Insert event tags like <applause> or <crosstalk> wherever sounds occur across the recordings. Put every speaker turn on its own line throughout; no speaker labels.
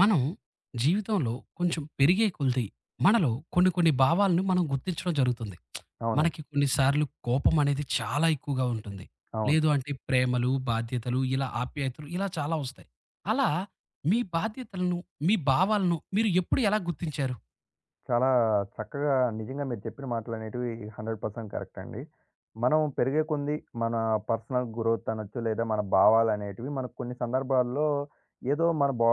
మనం జీవితంలో కొంచెం పెరిగే కొలిది మనలో కొన్ని కొన్ని భావాలను మనం గుర్తించడం జరుగుతుంది. మనకి
అవునండి.
కొన్ని సార్లు కోపం అనేది చాలా ఎక్కువగా ఉంటుంది.
అవును.
లేదు అంటే ప్రేమలు, బాధ్యతలు ఇలా ఆప్యాయతలు ఇలా చాలా వస్తాయి. అలా మీ బాధ్యతలను, మీ భావాలను మీరు ఎప్పుడు ఎలా గుర్తించారు?
చాలా చక్కగా నిజంగా మీరు చెప్పిన మాటలనేటివి 100% కరెక్ట్ అండి. మనం పెరిగే కొంది మన పర్సనల్ గ్రోత్ అనొచ్చు, లేదా మన భావాలనేటివి మనకు కొన్ని సందర్భాల్లో ఏదో మన బా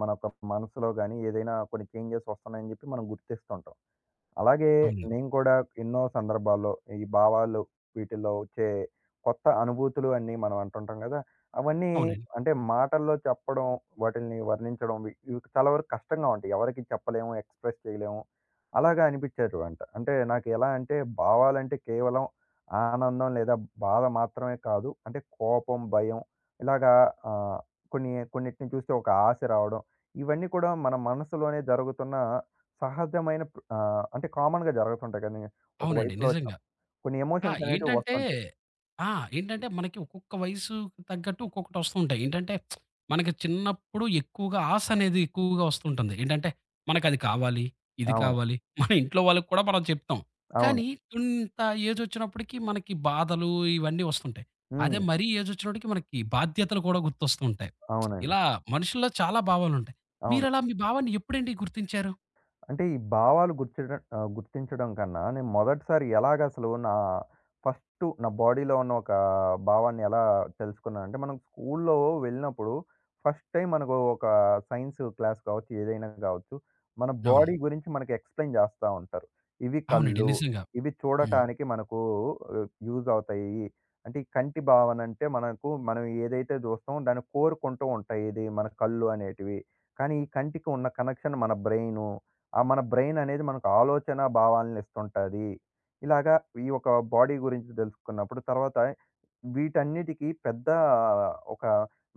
మన యొక్క మనసులో గాని ఏదైనా కొన్ని చేంజెస్ వస్తున్నాయని చెప్పి మనం గుర్తిస్తుంటాం. అలాగే
అవును.
నేను కూడా ఎన్నో సందర్భాల్లో ఈ భావాలు వీటిల్లో వచ్చే కొత్త అనుభూతులు అన్నీ మనం అంటుంటాం కదా! అవన్నీ
అవునండి.
అంటే మాటల్లో చెప్పడం, వాటిల్ని వర్ణించడం ఇవి చాలా వరకు కష్టంగా ఉంటాయి. ఎవరికీ చెప్పలేము, ఎక్స్‌ప్రెస్ చేయలేము. అలాగా అనిపించేటివంట. అంటే నాకు ఎలా అంటే భావాలంటే కేవలం ఆనందం లేదా బాధ మాత్రమే కాదు. అంటే కోపం, భయం ఇలాగా ఆహ్, కొన్ని కొన్నిటిని చూస్తే ఒక ఆశ రావడం ఇవన్నీ కూడా మన మనసులోనే జరుగుతున్న అంటే కామన్‌గా జరుగుతుంటాయి కానీ, ఒక
అవునండి.
వయసులో వచ్చిన
నిజంగా.
కొన్ని
ఆ!
ఎమోషన్స్ అనేటివి
ఏంటంటే
వస్తుంటాయి.
ఆ! ఏంటంటే మనకి ఒక్కొక్క వయసుకి తగ్గట్టు ఒక్కొక్కటి వస్తూ ఉంటాయి. ఏంటంటే మనకి చిన్నప్పుడు ఎక్కువగా ఆశ అనేది ఎక్కువగా వస్తుంటుంది. ఏంటంటే మనకది కావాలి, ఇది
అవును.
కావాలి. మన ఇంట్లో వాళ్ళకి కూడా మనం చెప్తాం.
అవును.
కానీ ఇంత ఏజ్ వచ్చినప్పటికి మనకి బాధలు ఇవన్నీ వస్తుంటాయి. అదే
హ్మ్.
మరీ ఏజ్ వచ్చినప్పటికి మనకి బాధ్యతలు కూడా గుర్తొస్తూ ఉంటాయి.
అవునండి.
ఇలా మనుషుల్లో చాలా భావాలుంటాయి.
అవును.
మీరలా మీ భావాన్ని ఎప్పుడండి గుర్తించారు?
అంటే ఈ భావాలు గుర్తించడం కన్నా నేను మొదటిసారి ఎలాగసలు నా బాడీలో ఉన్న ఒక భావాన్ని ఎలా తెలుసుకున్నాను అంటే, మనం స్కూల్లో వెళ్ళినప్పుడు ఫస్ట్ టైమ్ మనకు ఒక సైన్స్ క్లాస్ కావచ్చు, ఏదైనా కావచ్చు. మన
అవును.
బాడీ గురించి మనకు ఎక్స్‌ప్లెయిన్ చేస్తా ఉంటారు. ఇవి
అవునండి.
కళ్ళు,
నిజంగా.
ఇవి
హ్మ్.
చూడటానికి మనకు యూజ్ అవుతాయి. అంటే ఈ కంటి భావన అంటే మనకు మనం ఏదైతే చూస్తామో దాన్ని కోరుకుంటూ ఉంటాయి. ఇది మన కళ్ళు అనేటివి. కానీ ఈ కంటికి ఉన్న కనెక్షన్ మన బ్రెయిను. ఆ! మన బ్రెయిన్ అనేది మనకు ఆలోచన భావాలనిస్తుంటది. ఇలాగా ఈ యొక్క బాడీ గురించి తెలుసుకున్నప్పుడు తర్వాత వీటన్నిటికి పెద్ద ఒక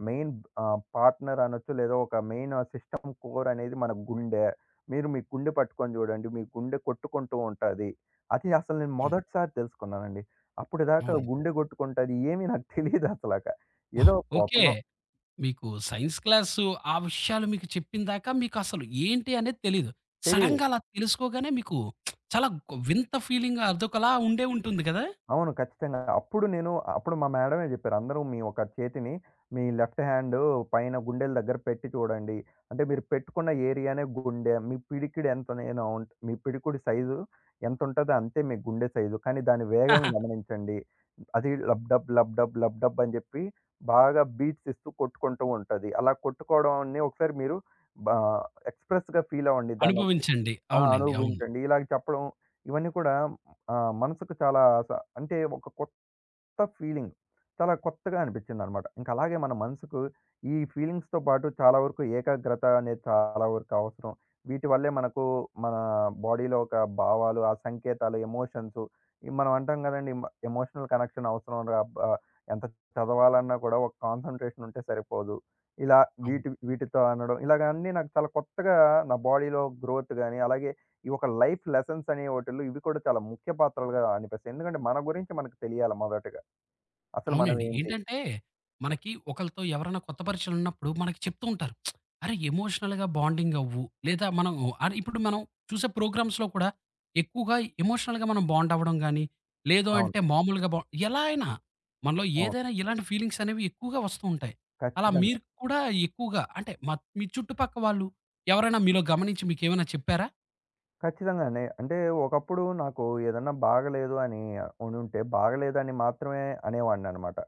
మెయిన్ పార్ట్‌నర్ అనొచ్చు. లేదా ఒక మెయిన్ సిస్టమ్ కోర్ అనేది మన గుండె. మీరు మీ గుండె పట్టుకొని చూడండి. మీ గుండె కొట్టుకుంటూ ఉంటది. అది అసలు నేను
హ్మ్.
మొదటిసారి తెలుసుకున్నానండి. అప్పటిదాకా
అవునండి.
గుండె కొట్టుకుంటది ఏమీ నాకు తెలీదసలక.
ఓహ్!
ఏదో
ఓకే.
పోతున్నాం
మీకు సైన్స్ క్లాసు ఆ విషయాలు మీకు చెప్పిన దాకా మీకసలు ఏంటి అనేది తెలీదు.
తెలీదు.
సడెన్‌గా అలా తెలుసుకోగానే మీకు చాలా వింత ఫీలింగ్ అదొకలా ఉండే ఉంటుంది గదా!
అవును. ఖచ్చితంగా. అప్పుడు మా మేడమే జెప్పారు. అందరూ మీ ఒక చేతిని మీ లెఫ్ట్ హ్యాండు పైన గుండెల దగ్గర పెట్టి చూడండి. అంటే మీరు పెట్టుకున్న ఏరియానే గుండె. మీ పిడికిడి ఎంత నేను ఉంట్ మీ పిడికుడి సైజు ఎంతుంటదో అంతే మీ గుండె సైజు. కానీ దాని వేగం
<laughs>
గమనించండి. అది lub dub, lub dub, lub dub అని జెప్పి బాగా బీట్స్ ఇస్తూ కొట్టుకుంటూ ఉంటది. అలా కొట్టుకోవడాన్ని ఒకసారి మీరు బా ఎక్స్‌ప్రెస్‌గా ఫీల్ అవ్వండి. దాన్ని
అనుభవించండి.
ఆ!
అవునండి. అవును.
అనుభవించండి. ఇలాగ చెప్పడం ఇవన్నీ కూడా మనసుకు చాలా స అంటే ఒక కొ కొత్త ఫీలింగ్. చాలా కొత్తగా అనిపించిందనమాట. ఇంక అలాగే మన మనసుకు ఈ ఫీలింగ్స్‌తో పాటు చాలా వరకు ఏకాగ్రత అనేది చాలా వరకు అవసరం. వీటి వల్లే మనకు మన బాడీలో ఒక భావాలు, ఆ సంకేతాలు, ఎమోషన్సు ఈ మనం అంటాం కదండీ! ఎమోషనల్ కనెక్షన్ అవసరం రా బ ఎంత చదవాలన్నా కూడా ఒక కాన్సంట్రేషన్ ఉంటే సరిపోదు. ఇలా
అవును.
వీటితో అనడం ఇలాగ అన్నీ నాకు చాలా కొత్తగా నా బాడీలో గ్రోత్ గాని, అలాగే ఈ ఒక లైఫ్ లెసన్స్ అనే వాటిల్లో ఇవి కూడా చాలా ముఖ్య పాత్రలుగా అనిపిస్తాయి. ఎందుకంటే మన గురించి మనకు తెలియాలి మొదటగా. అసలు మనం
అవునండి.
ఏంటి?
ఏంటంటే, మనకి ఒకళ్ళతో ఎవరైనా కొత్త పరిచయాలున్నప్పుడు మనకి చెప్తూ ఉంటారు. అరే! ఎమోషనల్‌గా బాండింగ్ అవ్వు. లేదా మనం అరే ఇప్పుడు మనం చూసే ప్రోగ్రామ్స్‌లో కూడా ఎక్కువగా ఎమోషనల్‌గా మనం బాండ్ అవ్వడం గాని, లేదు
అవును.
అంటే మామూలుగా ఎలా అయినా మనలో
అవును.
ఏదైనా ఇలాంటి ఫీలింగ్స్ అనేవి ఎక్కువగా వస్తూ ఉంటాయి. అలా
ఖచ్చితంగా.
మీరు కూడా ఎక్కువగా అంటే మీ చుట్టుపక్క వాళ్ళు ఎవరైనా మీలో గమనించి మీకేమైనా చెప్పారా?
ఖచ్చితంగానే. అంటే ఒకప్పుడు నాకు ఏదన్నా బాగలేదు అని ఉండుంటే, బాగలేదని మాత్రమే అనేవాడిననమాట.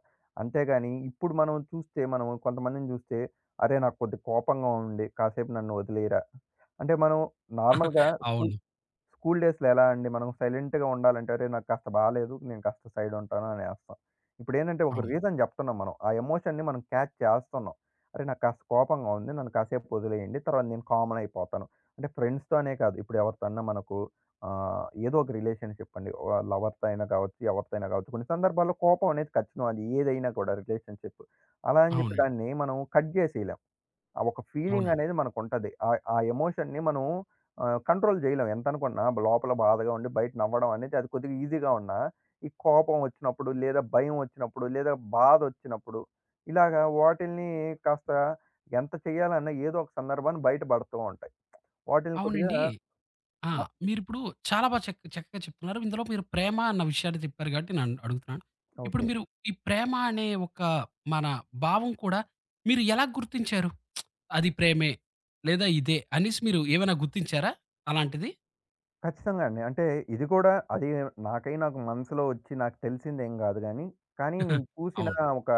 అంతేగాని ఇప్పుడు మనం చూస్తే మనం కొంతమందిని చూస్తే, "అరే! నాకు కొద్దిగా కోపంగా ఉంది. కాసేపు నన్ను వదిలేయరా" అంటే మనం నార్మల్‌గా స్కూ
అవును.
స్కూల్ డేస్‌లో ఎలా అండి మనం సైలెంట్‌గా ఉండాలంటే, "అరే! నాకు కాస్త బాలేదు. నేను కాస్త సైడ్ ఉంటాను" అనేస్తాం. ఇప్పుడేంటంటే ఒక
అవును.
రీజన్ జెప్తున్నాం మనం. ఆ ఎమోషన్‌ని మనం క్యాచ్ చేస్తున్నాం. "అరే! నాకు కాస్త కోపంగా ఉంది. నన్ను కాసేపు వదిలేయండి. తర్వాత నేను కామన్ అయిపోతాను." అంటే ఫ్రెండ్స్‌తో అనే కాదు. ఇప్పుడు ఎవరితో అన్నా మనకు ఏదో ఒక రిలేషన్‌షిప్ అండి. లవర్‌తో అయినా కావచ్చు, ఎవరితో అయినా కావచ్చు. కొన్ని సందర్భాల్లో కోపం అనేది ఖచ్చితం. అది ఏదైనా కూడా రిలేషన్‌షిప్. అలా అని జెప్పి
అవునండి.
దాన్ని మనం కట్ జేసేయలేం. ఆ ఒక ఫీలింగ్
అవునండి.
అనేది మనకుంటది. ఆ ఎమోషన్‌ని మనం కంట్రోల్ జేయలేం. ఎంతనుకున్నా లోపల బాధగా ఉండి బయట నవ్వడం అనేది అది కొద్దిగా ఈజీగా ఉన్నా, ఈ కోపం వచ్చినప్పుడు, లేదా భయం వచ్చినప్పుడు, లేదా బాధొచ్చినప్పుడు, ఇలాగా వాటిల్ని కాస్త ఎంత చేయాలన్నా ఏదో ఒక సందర్భాన్ని బయట పడుతూ ఉంటాయి. వాటిల్ని కొద్దిగా
అవునండి. ఆ!
మ
మీరిప్పుడు చాలా బా చక్ చక్కగా చెప్తున్నారు. ఇందులో మీరు ప్రేమ అన్న విషయాన్ని చెప్పారు కాబట్టి నేను అడుగుతున్నాను. ఇప్పుడు
ఓకే.
మీరు ఈ ప్రేమ అనే ఒక మన భావం కూడా మీరు ఎలా గుర్తించారు? అది ప్రేమే లేదా ఇదే అనేసి మీరు ఏమైనా గుర్తించారా అలాంటిది?
ఖచ్చితంగా అండి. అంటే ఇది కూడా అది నాకై నాకు మనసులో వచ్చి నాకు తెలిసిందేం గాదు గానీ, కానీ
<laughs>
నేను చూసిన
అవును.
ఒక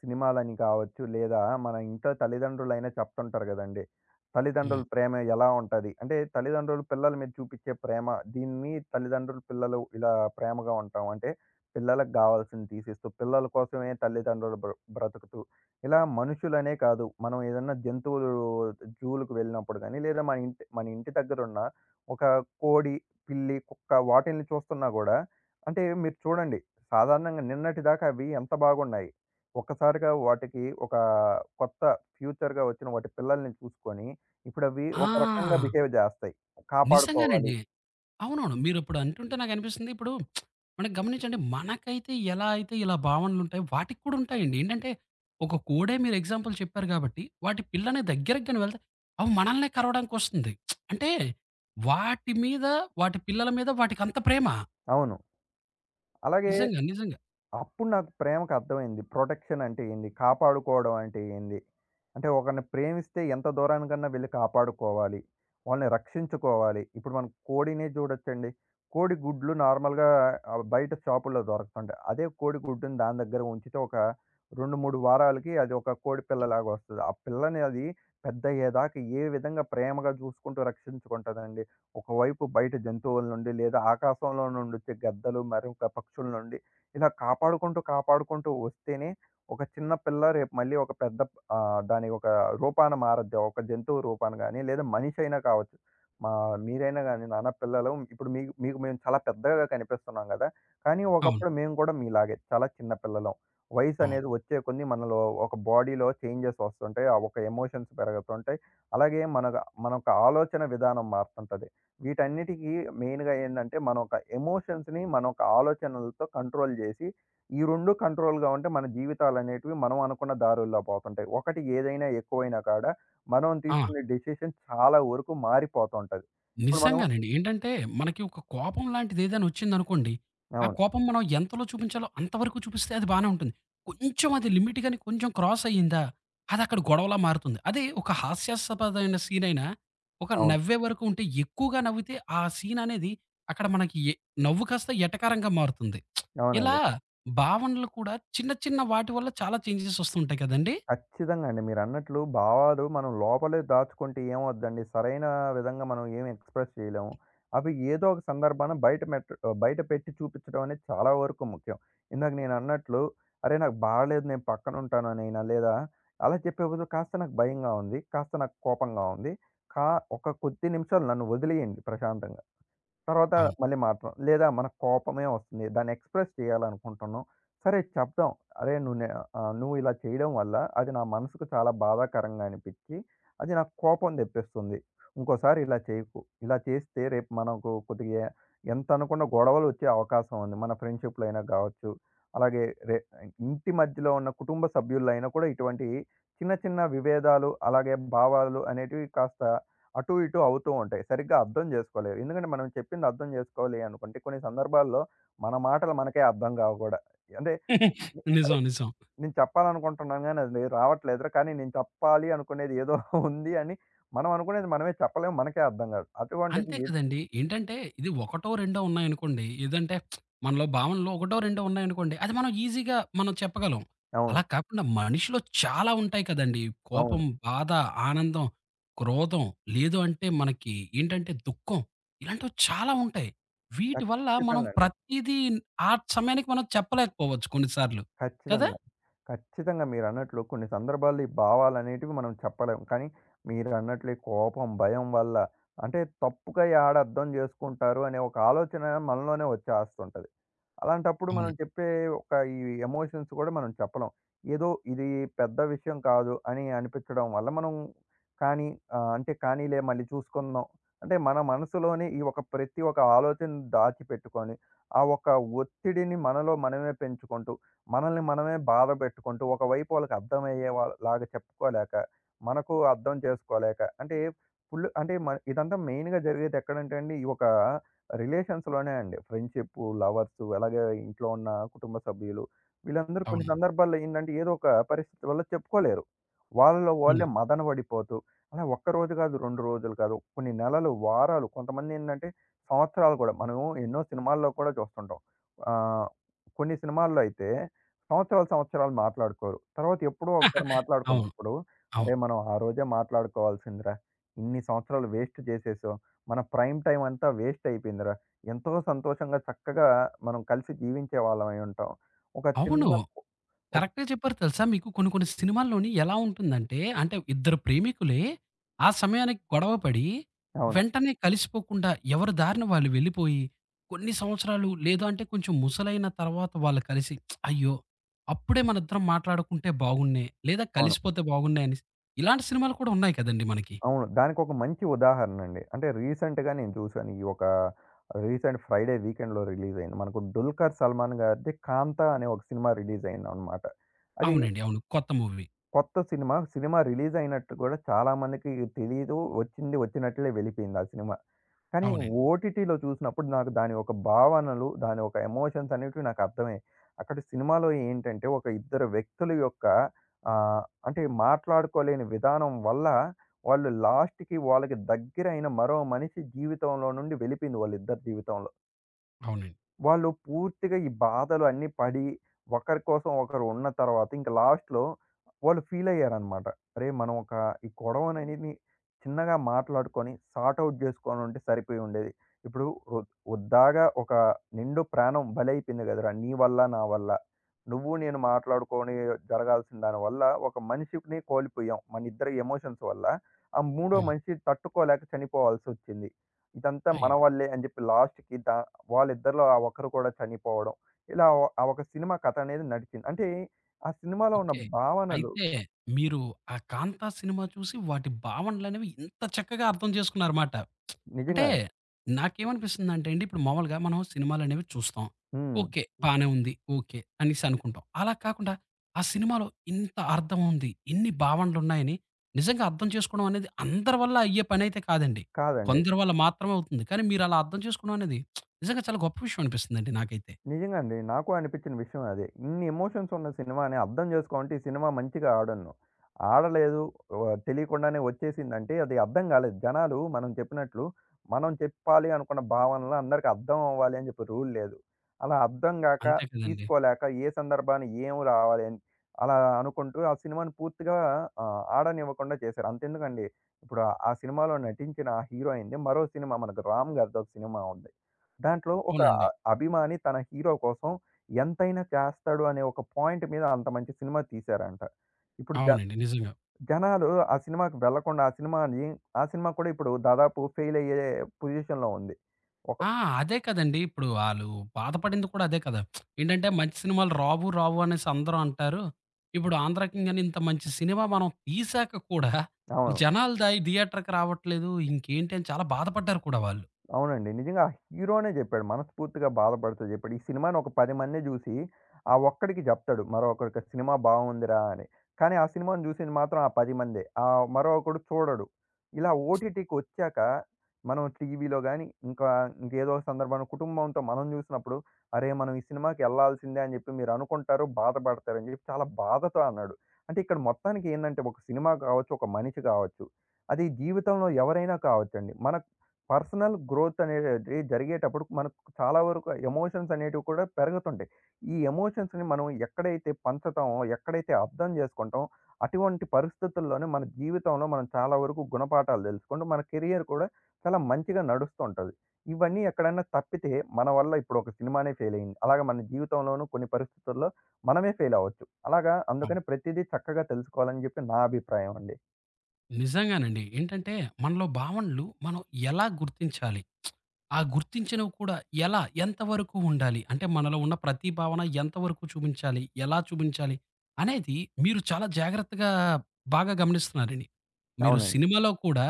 సినిమాలని కావచ్చు, లేదా మన ఇంట్లో తల్లిదండ్రులైనా చెప్తుంటారు గదండీ!
హ్మ్.
తల్లిదండ్రుల ప్రేమ ఎలా ఉంటది? అంటే తల్లిదండ్రులు పిల్లల మీద చూపిచ్చే ప్రేమ, దీన్ని తల్లిదండ్రులు, పిల్లలు ఇలా ప్రేమగా ఉంటాం. అంటే పిల్లలకు గావాల్సింది తీసిస్తూ, పిల్లల కోసమే తల్లిదండ్రులు బ్రతుకుతూ, ఇలా మనుషులనే కాదు, మనం ఏదన్నా జంతువులు జూలకు వెళ్ళినప్పుడు గానీ, లేదా మన ఇంటి దగ్గరున్న ఒక కోడి, పిల్లి, కుక్క వాటిల్ని చూస్తున్నా గూడా అంటే మీరు చూడండి సాధారణంగా నిన్నటిదాకా అవి ఎంత బాగున్నాయి. ఒక్కసారిగా వాటికి ఒక కొత్త ఫ్యూచర్‌గా వచ్చిన వాటి పిల్లల్ని చూసుకొని, ఇప్పుడవి ఒక రకంగా
ఆ!
బిహేవ్ జేస్తాయి. కాపాడుకోవాలి.
నిజంగానండి. అవునవును. మీరిప్పుడు అంటుంటే నాకనిపిస్తుంది ఇప్పుడు మనకి గమనించండి మనకైతే ఎలా అయితే ఇలా భావనలుంటాయో వాటికి కూడా ఉంటాయండి. ఏంటంటే ఒక కోడే మీరు ఎగ్జాంపుల్ చెప్పారు గాబట్టి వాటి పిల్లనే దగ్గరకి గాని వెళ్తే అవి మనల్నే కరవడానికొస్తుంది. అంటే వాటి మీద, వాటి పిల్లల మీద వాటికంత ప్రేమ.
అవును. అలాగే
నిజంగా. నిజంగా.
అప్పుడు నాకు ప్రేమకు అర్థమైంది. ప్రొటెక్షన్ అంటే ఏంది? కాపాడుకోవడం అంటే ఏంది? అంటే ఒకరిని ప్రేమిస్తే ఎంత దూరానికన్నా వెళ్లి కాపాడుకోవాలి. వాళ్ళని రక్షించుకోవాలి. ఇప్పుడు మనం కోడినే చూడొచ్చండి. కోడి గుడ్లు నార్మల్‌గా బయట షాపుల్లో దొరుకుతుంటాయి. అదే కోడి గుడ్డుని దాని దగ్గర ఉంచితే ఒక 2, 3 వారాలకి అది ఒక కోడి పిల్లలాగా వస్తది. ఆ పిల్లని అది పెద్దయ్యేదాకా ఏ విధంగా ప్రేమగా చూసుకుంటూ రక్షించుకుంటదండి. ఒకవైపు బయట జంతువుల నుండి లేదా ఆకాశంలో నుండొచ్చే గద్దలు మరొక పక్షుల నుండి ఇలా కాపాడుకుంటూ, కాపాడుకుంటూ వస్తేనే ఒక చిన్న పిల్ల రేపు మళ్ళీ ఒక పెద్ద దాని ఒక రూపాన మారద్ది. ఒక జంతువు రూపాన గాని, లేదా మనిషి అయినా కావచ్చు. మా మీరైనా గాని నాన్న పిల్లలు ఇప్పుడు మీకు మీకు మేము చాలా పెద్దగా కనిపిస్తున్నాం గదా! కానీ
అవును.
ఒకప్పుడు మేము గూడా మీలాగే చాలా చిన్న పిల్లలం. వయసు
అవును.
అనేది వచ్చే కొద్దీ మనలో ఒక బాడీలో చేంజెస్ వస్తుంటాయి. ఆ ఒక ఎమోషన్స్ పెరుగుతుంటాయి. అలాగే మన యొక్క ఆలోచన విధానం మారుతుంటది. వీటన్నిటికి మెయిన్‌గా ఏందంటే, మన ఒక ఎమోషన్స్‌ని, మన ఒక ఆలోచనలతో కంట్రోల్ జేసి, ఈ 2 కంట్రోల్‌గా ఉంటే మన జీవితాలనేటివి మనం అనుకున్న దారుల్లో పోతుంటాయి. ఒకటి ఏదైనా ఎక్కువైనా కాడ, మనం
ఆ!
తీసుకునే డెసిషన్ చాలా వరకు మారిపోతుంటది. ఇప్పుడు మనం
నిజంగానండి. ఏంటంటే, మనకి ఒక కోపం లాంటిది ఏదైనా ఒచ్చిందనుకోండి, ఆ
అవును.
కోపం మనం ఎంతలో చూపించాలో అంతవరకు చూపిస్తే అది బానే ఉంటుంది. కొంచెం అది లిమిట్ గాని కొంచెం క్రాస్ అయ్యిందా, అదక్కడ గొడవలా మారుతుంది. అదే ఒక హాస్యాస్పదమైన సీనయినా, ఒక
అవును.
నవ్వే వరకు ఉంటే ఎక్కువగా నవ్వితే ఆ సీననేది అక్కడ మనకి నవ్వు కాస్త ఎటకారంగా మారుతుంది. ఇలా
అవునండి.
భావనలు కూడా చిన్న చిన్న వాటి వల్ల చాలా చేంజెస్ ఒస్తుంటాయి కదండీ!
ఖచ్చితంగా అండి. మీరన్నట్లు భావాలు మనం లోపలే దాచుకుంటే ఏమవుద్దండి, సరైన విధంగా మనం ఏమి ఎక్స్‌ప్రెస్ చేయలేము. అవి ఏదో ఒక సందర్భాన బయట పెట్టి చూపించడం అనేది చాలా వరకు ముఖ్యం. ఇందాక నేనన్నట్లు, "అరే! నాకు బాలేదు నేను పక్కనుంటాననైనా" లేదా అలా చెప్పే బదులు "కాస్త నాకు భయంగా ఉంది, కాస్త నాకు కోపంగా ఉంది. కా ఒక కొద్ది నిమిషాలు నన్ను వదిలేయండి ప్రశాంతంగా." తర్వాత
అవును.
మళ్ళీ మాత్రం లేదా మన కోపమే వస్తుంది. దాన్ని ఎక్స్‌ప్రెస్ చేయాలనుకుంటున్నాం. సరే చెప్దాం. అరే! నువ్వు ఇలా చేయడం వల్ల అది నా మనసుకు చాలా బాధాకరంగా అనిపిచ్చి, అది నాకు కోపం తెప్పిస్తుంది. ఇంకోసారి ఇలా చేయకు. ఇలా చేస్తే రేపు మనకు కొద్దిగా ఎంత అనుకున్న గొడవలు వచ్చే అవకాశం ఉంది. మన ఫ్రెండ్‌షిప్‌లో అయినా కావచ్చు. అలాగే రె ఇంటి మధ్యలో ఉన్న కుటుంబ సభ్యులైనా కూడా ఇటువంటి చిన్న చిన్న విభేదాలు అలాగే భావాలు అనేటివి కాస్త అటు ఇటు అవుతూ ఉంటాయి. సరిగ్గా అర్థం చేసుకోలేవు. ఎందుకంటే మనం చెప్పింది అర్థం చేసుకోవాలి అనుకుంటే కొన్ని సందర్భాల్లో మన మాటలు మనకే అర్థం కావు కూడా. అంటే
<laughs>
అరే!
నిజం. నిజం.
నేను చెప్పాలనుకుంటున్నాను గానీ అది రావట్లేదురా. కానీ నేను చెప్పాలి అనుకునేది ఏదో <laughs> ఉంది అని మనం అనుకునేది మనమే చెప్పలేము. మనకే అర్థం కాదు. అటువంటిది
అంతే
ఎద్
కదండీ. ఏంటంటే ఇది ఒకటో, రెండో ఉన్నాయనుకోండి. ఏదంటే మనలో భావనలో ఒకటో, రెండో ఉన్నాయనుకోండి. అది మనం ఈజీగా చెప్పగలం.
అవును.
అలా కాకుండా మనిషిలో చాలా ఉంటాయి కదండీ. కోపం,
అవును.
బాధ, ఆనందం, క్రోధం, లేదు అంటే మనకి ఏంటంటే దుఃఖం. ఇలాంటివి చాలా ఉంటాయి. వీటి వల్ల మనం
ఖచ్చితంగా అండి.
ప్రతీదీ ఆ సమయానికి మనం చెప్పలేకపోవచ్చు కొన్ని సార్లు. కదా!
ఖచ్చితంగా. ఖచ్చితంగా మీరన్నట్లు కొన్ని సందర్భాల్లో ఈ భావాలనేటివి మనం చెప్పలేం. కానీ మీరన్నట్లు ఈ కోపం, భయం వల్ల అంటే తప్పుగా యాడ అర్థం జేసుకుంటారు అనే ఒక ఆలోచన మనలోనే వచ్చేస్తుంటది. అలాంటప్పుడు మనం
అవునండి.
చెప్పే ఒక ఈ ఎమోషన్స్ కూడా మనం చెప్పలేం. ఏదో ఇది పెద్ద విషయం కాదు అని అనిపించడం వల్ల మనం కానీ అంటే కానీలే మళ్ళీ చూసుకుందాం. అంటే మన మనసులోనే ఈ ఒక ప్రతి ఒక ఆలోచన దాచిపెట్టుకొని, ఆ ఒక ఒత్తిడిని మనలో మనమే పెంచుకుంటూ, మనల్ని మనమే బాధ పెట్టుకుంటూ, ఒకవైపు వాళ్ళకి అర్థమయ్యే లాగా చెప్పుకోలేక, మనకు అర్థం చేసుకోలేక అంటే ఫుల్ అంటే మ ఇదంతా మెయిన్‌గా జరిగేది ఎక్కడంటే అండి, ఈ ఒక రిలేషన్స్‌లోనే అండి. ఫ్రెండ్‌షిప్పు, లవర్సు అలాగే ఇంట్లో ఉన్న కుటుంబ సభ్యులు వీళ్ళందరూ కొన్ని
అవును.
సందర్భాల్లో ఏందంటే, ఏదో ఒక పరిస్థితి వల్ల చెప్పుకోలేరు. వాళ్ళలో
అవును.
వాళ్ళే మదన పడిపోతూ, అలా ఒక్కరోజు కాదు, 2 రోజులు కాదు, కొన్ని నెలలు, వారాలు కొంతమందేంటంటే సంవత్సరాలు కూడా. మనం ఎన్నో సినిమాల్లో కూడా చూస్తుంటాం. ఆహ్, కొన్ని సినిమాల్లో అయితే సంవత్సరాలు, సంవత్సరాలు మాట్లాడుకోరు. తర్వాత ఎప్పుడో ఒకసారి
<laughs> అవును.
మాట్లాడుకున్నప్పుడు,
అవును.
అరే! మనం ఆ రోజే మాట్లాడుకోవాల్సిందిరా! ఇన్ని సంవత్సరాలు వేస్ట్ చేసేసాం. మన ప్రైమ్ టైమ్ అంతా వేస్ట్ అయిపోయిందిరా. ఎంతో సంతోషంగా చక్కగా మనం కలిసి జీవించే వాళ్ళమై ఉంటాం. ఒక
అవును.
చిన్న ఒక
కరెక్టే చెప్పారు తెలుసా? మీకు కొన్ని కొన్ని సినిమాల్లోని ఎలా ఉంటుందంటే, అంటే ఇద్దరు ప్రేమికులే ఆ సమయానికి గొడవ పడి,
అవును.
వెంటనే కలిసిపోకుండా ఎవరి దారిన వాళ్ళు వెళ్ళిపోయి, కొన్ని సంవత్సరాలు లేదు అంటే కొంచెం ముసలైన తర్వాత వాళ్ళు కలిసి, "అయ్యో! అప్పుడే మనిద్దరం మాట్లాడుకుంటే బాగున్నే. లేదా
అవును.
కలిసిపోతే బాగున్నే" అనేసి ఇలాంటి సినిమాలు కూడా ఉన్నాయి కదండీ మనకి.
అవును. దానికొక మంచి ఉదాహరణండి. అంటే రీసెంట్‌గా నేను చూసాను. ఈ ఒక రీసెంట్ ఫ్రైడే వీకెండ్‌లో రిలీజ్ అయింది. మనకు 'డుల్కర్ సల్మాన్' గారిది 'కాంతా' అనే ఒక సినిమా రిలీజ్ అయిందనమాట. అది
అవునండి. అవును. కొత్త మూవీ.
కొత్త సినిమా. సినిమా రిలీజ్ అయినట్టు గూడా చాలా మందికి తెలీదు. వచ్చింది వచ్చినట్లే వెళ్ళిపోయింది ఆ సినిమా. కానీ
అవునండి.
ఓటీటీలో చూసినప్పుడు నాకు దాని ఒక భావనలు, దాని ఒక ఎమోషన్స్ అనేటివి నాకు అర్థమయ్యాయి. అక్కడ సినిమాలో ఏంటంటే ఒక ఇద్దరు వ్యక్తుల యొక్క అంటే మాట్లాడుకోలేని విధానం వల్ల వాళ్ళు లాస్ట్‌కి వాళ్ళకి దగ్గరైన మరో మనిషి జీవితంలో నుండి వెళ్ళిపోయింది వాళ్ళిద్దరి జీవితంలో.
అవునండి.
వాళ్ళు పూర్తిగా ఈ బాధలు అన్నీ పడి, ఒకరి కోసం ఒకరు ఉన్న తర్వాత ఇంక లాస్ట్‌లో వాళ్ళు ఫీల్ అయ్యారన్నమాట. అరే! మనం ఒక ఈ గొడవననేది చిన్నగా మాట్లాడుకొని సార్ట్ ఔట్ జేసుకొనుంటే సరిపోయి ఉండేది. ఇప్పుడు ఉ ఉద్దాగా ఒక నిండు ప్రాణం బలైపోయింది గదరా! నీ వల్ల, నా వల్ల. నువ్వు నేను మాట్లాడుకొని జరగాల్సిన దానివల్ల ఒక మనిషిని కోల్పోయాం. మనిద్దరి ఎమోషన్స్ వల్ల. ఆ మూడో
హ్మ్.
మనిషి తట్టుకోలేక చనిపోవాల్సొచ్చింది. ఇదంతా మన
అయ్యో!
వల్లే అని జెప్పి లాస్ట్‌కి దా వాళ్ళిద్దరిలో ఆ ఒక్కరు కూడా చనిపోవడం. ఇలా ఒ ఆ ఒక సినిమా కథ అనేది నడిచింది. అంటే, ఆ సినిమాలో ఉన్న
ఓకే.
భావనలు
అయితే మీరు ఆ 'కాంతా' సినిమా చూసి వాటి భావనలనేవి ఇంత చక్కగా అర్థం చేసుకున్నారమాట. అంటే
నిజంగా అండి.
నాకేమనిపిస్తుందంటే అండి, ఇప్పుడు మామూలుగా మనం సినిమాలనేవి చూస్తాం.
హ్మ్.
ఓకే. హ్మ్. బానే ఉంది. ఓకే. అనేసి అనుకుంటాం. అలా కాకుండా ఆ సినిమాలో ఇంత అర్థం ఉంది. ఇన్ని భావనలున్నాయని నిజంగా అర్థం చేసుకోవడం అనేది అందరి వల్ల అయ్యే పనైతే కాదండి.
కాదండి.
కొందరి వల్ల మాత్రమే అవుతుంది. కానీ మీరలా అర్థం చేసుకోవడం అనేది నిజంగా చాలా గొప్ప విషయం అనిపిస్తుందండి నాకైతే.
నిజంగా అండి. నాకు అనిపించిన విషయం అదే. ఇన్ని ఎమోషన్స్ ఉన్న సినిమాని అర్థం చేసుకోంటే ఈ సినిమా మంచిగా ఆడను. ఆడలేదు వ తెలియకుండానే వచ్చేసిందంటే అది అర్థం కాలేదు. జనాలు మనం చెప్పినట్లు మనం చెప్పాలి అనుకున్న భావనలు అందరికి అర్థం అవ్వాలి అని చెప్పి రూల్ లేదు. అలా అర్థం గాక,
అంతే కదండీ!
తీసుకోలేక ఏ సందర్భాన ఏం రావాలి అని అలా అనుకుంటూ ఆ సినిమాని పూర్తిగా ఆడనివ్వకుండా చేశారు. అంతెందుకండి ఇప్పుడు ఆ ఆ సినిమాలో నటించిన ఆ హీరోయిన్‌ది మరో సినిమా మనకు 'రామ్' గారిది ఒక సినిమా ఉంది. దాంట్లో ఒక అ
అవునండి.
అభిమాని తన హీరో కోసం ఎంతైనా చేస్తాడు అనే ఒక పాయింట్ మీద అంత మంచి సినిమా తీశారంట. ఇప్పుడు జ
అవునండి. నిజంగా.
జనాలు ఆ సినిమాకి వెళ్ళకుండా ఆ సినిమా కూడా ఇప్పుడు దాదాపు ఫెయిల్ అయ్యే పొజిషన్‌లో ఉంది. ఒక
ఆ! అదే కదండీ. ఇప్పుడు ఆళ్ళు బాధపడింది కూడా అదే కదా! ఏంటంటే మంచి సినిమాలు రావు, రావు అనేసి అందరూ అంటారు. ఇప్పుడు 'ఆంధ్ర కింగ్' అని ఇంత మంచి సినిమా మనం తీశాక కూడా
అవును.
జనాలదాయి థియేటర్‌కి రావట్లేదు. ఇంకేంటి అని చాలా బాధపడ్డారు కూడా వాళ్ళు.
అవునండి. నిజంగా ఆ హీరోనే జెప్పాడు. మనస్ఫూర్తిగా బాధపడుతూ జెప్పాడు. ఈ సినిమాని ఒక 10 మంది జూసి, ఆ ఒక్కడికి జెప్తాడు. మరొకడికి సినిమా బావుందిరా అని. కానీ ఆ సినిమాను జూసింది మాత్రం ఆ 10 మందే. మరొకడు చూడడు. ఇలా ఓటీటీకొచ్చాక మనం టీవీలో గాని, ఇంకా ఇంకేదో ఒక సందర్భంలో కుటుంబంతో మనం జూసినప్పుడు, అరే! మనం ఈ సినిమాకెళ్ళాల్సిందే అని జెప్పి మీరనుకుంటారు, బాధపడతారని జెప్పి చాలా బాధతో అన్నాడు. అంటే ఇక్కడ మొత్తానికి ఏందంటే ఒక సినిమా కావచ్చు, ఒక మనిషి కావచ్చు, అది జీవితంలో ఎవరైనా కావచ్చండి. మన పర్సనల్ గ్రోత్ అనేది జరిగేటప్పుడు మనకు చాలా వరకు ఎమోషన్స్ అనేటివి కూడా పెరుగుతుంటాయి. ఈ ఎమోషన్స్‌ని మనం ఎక్కడైతే పంచుతామో, ఎక్కడైతే అర్థం చేసుకుంటామో, అటువంటి పరిస్థితుల్లోనే మన జీవితంలో మనం చాలా వరకు గుణపాఠాలు తెలుసుకుంటూ, మన కెరియర్ కూడా చాలా మంచిగా నడుస్తూ ఉంటది. ఇవన్నీ ఎక్కడన్నా తప్పితే మన వల్ల ఇప్పుడు ఒక సినిమానే ఫెయిల్ అయింది. అలాగే మన జీవితంలోనూ కొన్ని పరిస్థితుల్లో మనమే ఫెయిల్ అవ్వచ్చు. అలాగా
అవును.
అందుకని ప్రతిదీ చక్కగా తెలుసుకోవాలని చెప్పి నా అభిప్రాయం అండి.
నిజంగానండి. ఏంటంటే మనలో భావనలు మనం ఎలా గుర్తించాలి? ఆ గుర్తించినవి కూడా ఎలా? ఎంత వరకు ఉండాలి? అంటే మనలో ఉన్న ప్రతి భావన ఎంతవరకు చూపించాలి? ఎలా చూపించాలి? అనేది మీరు చాలా జాగ్రత్తగా బాగా గమనిస్తున్నారండి. మీరు
అవునండి.
సినిమాలో కూడా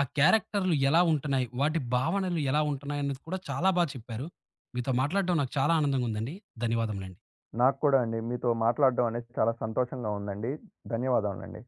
ఆ క్యారెక్టర్‌లు ఎలా ఉంటున్నాయి? వాటి భావనలు ఎలా ఉంటున్నాయి? అనేది కూడా చాలా చెప్పారు. మీతో మాట్లాడడం నాకు చాలా ఆనందంగా ఉందండి. ధన్యవాదములండి.
నాకు కూడా అండి. మీతో మాట్లాడడం అనేది చాలా సంతోషంగా ఉందండి. ధన్యవాదములండి.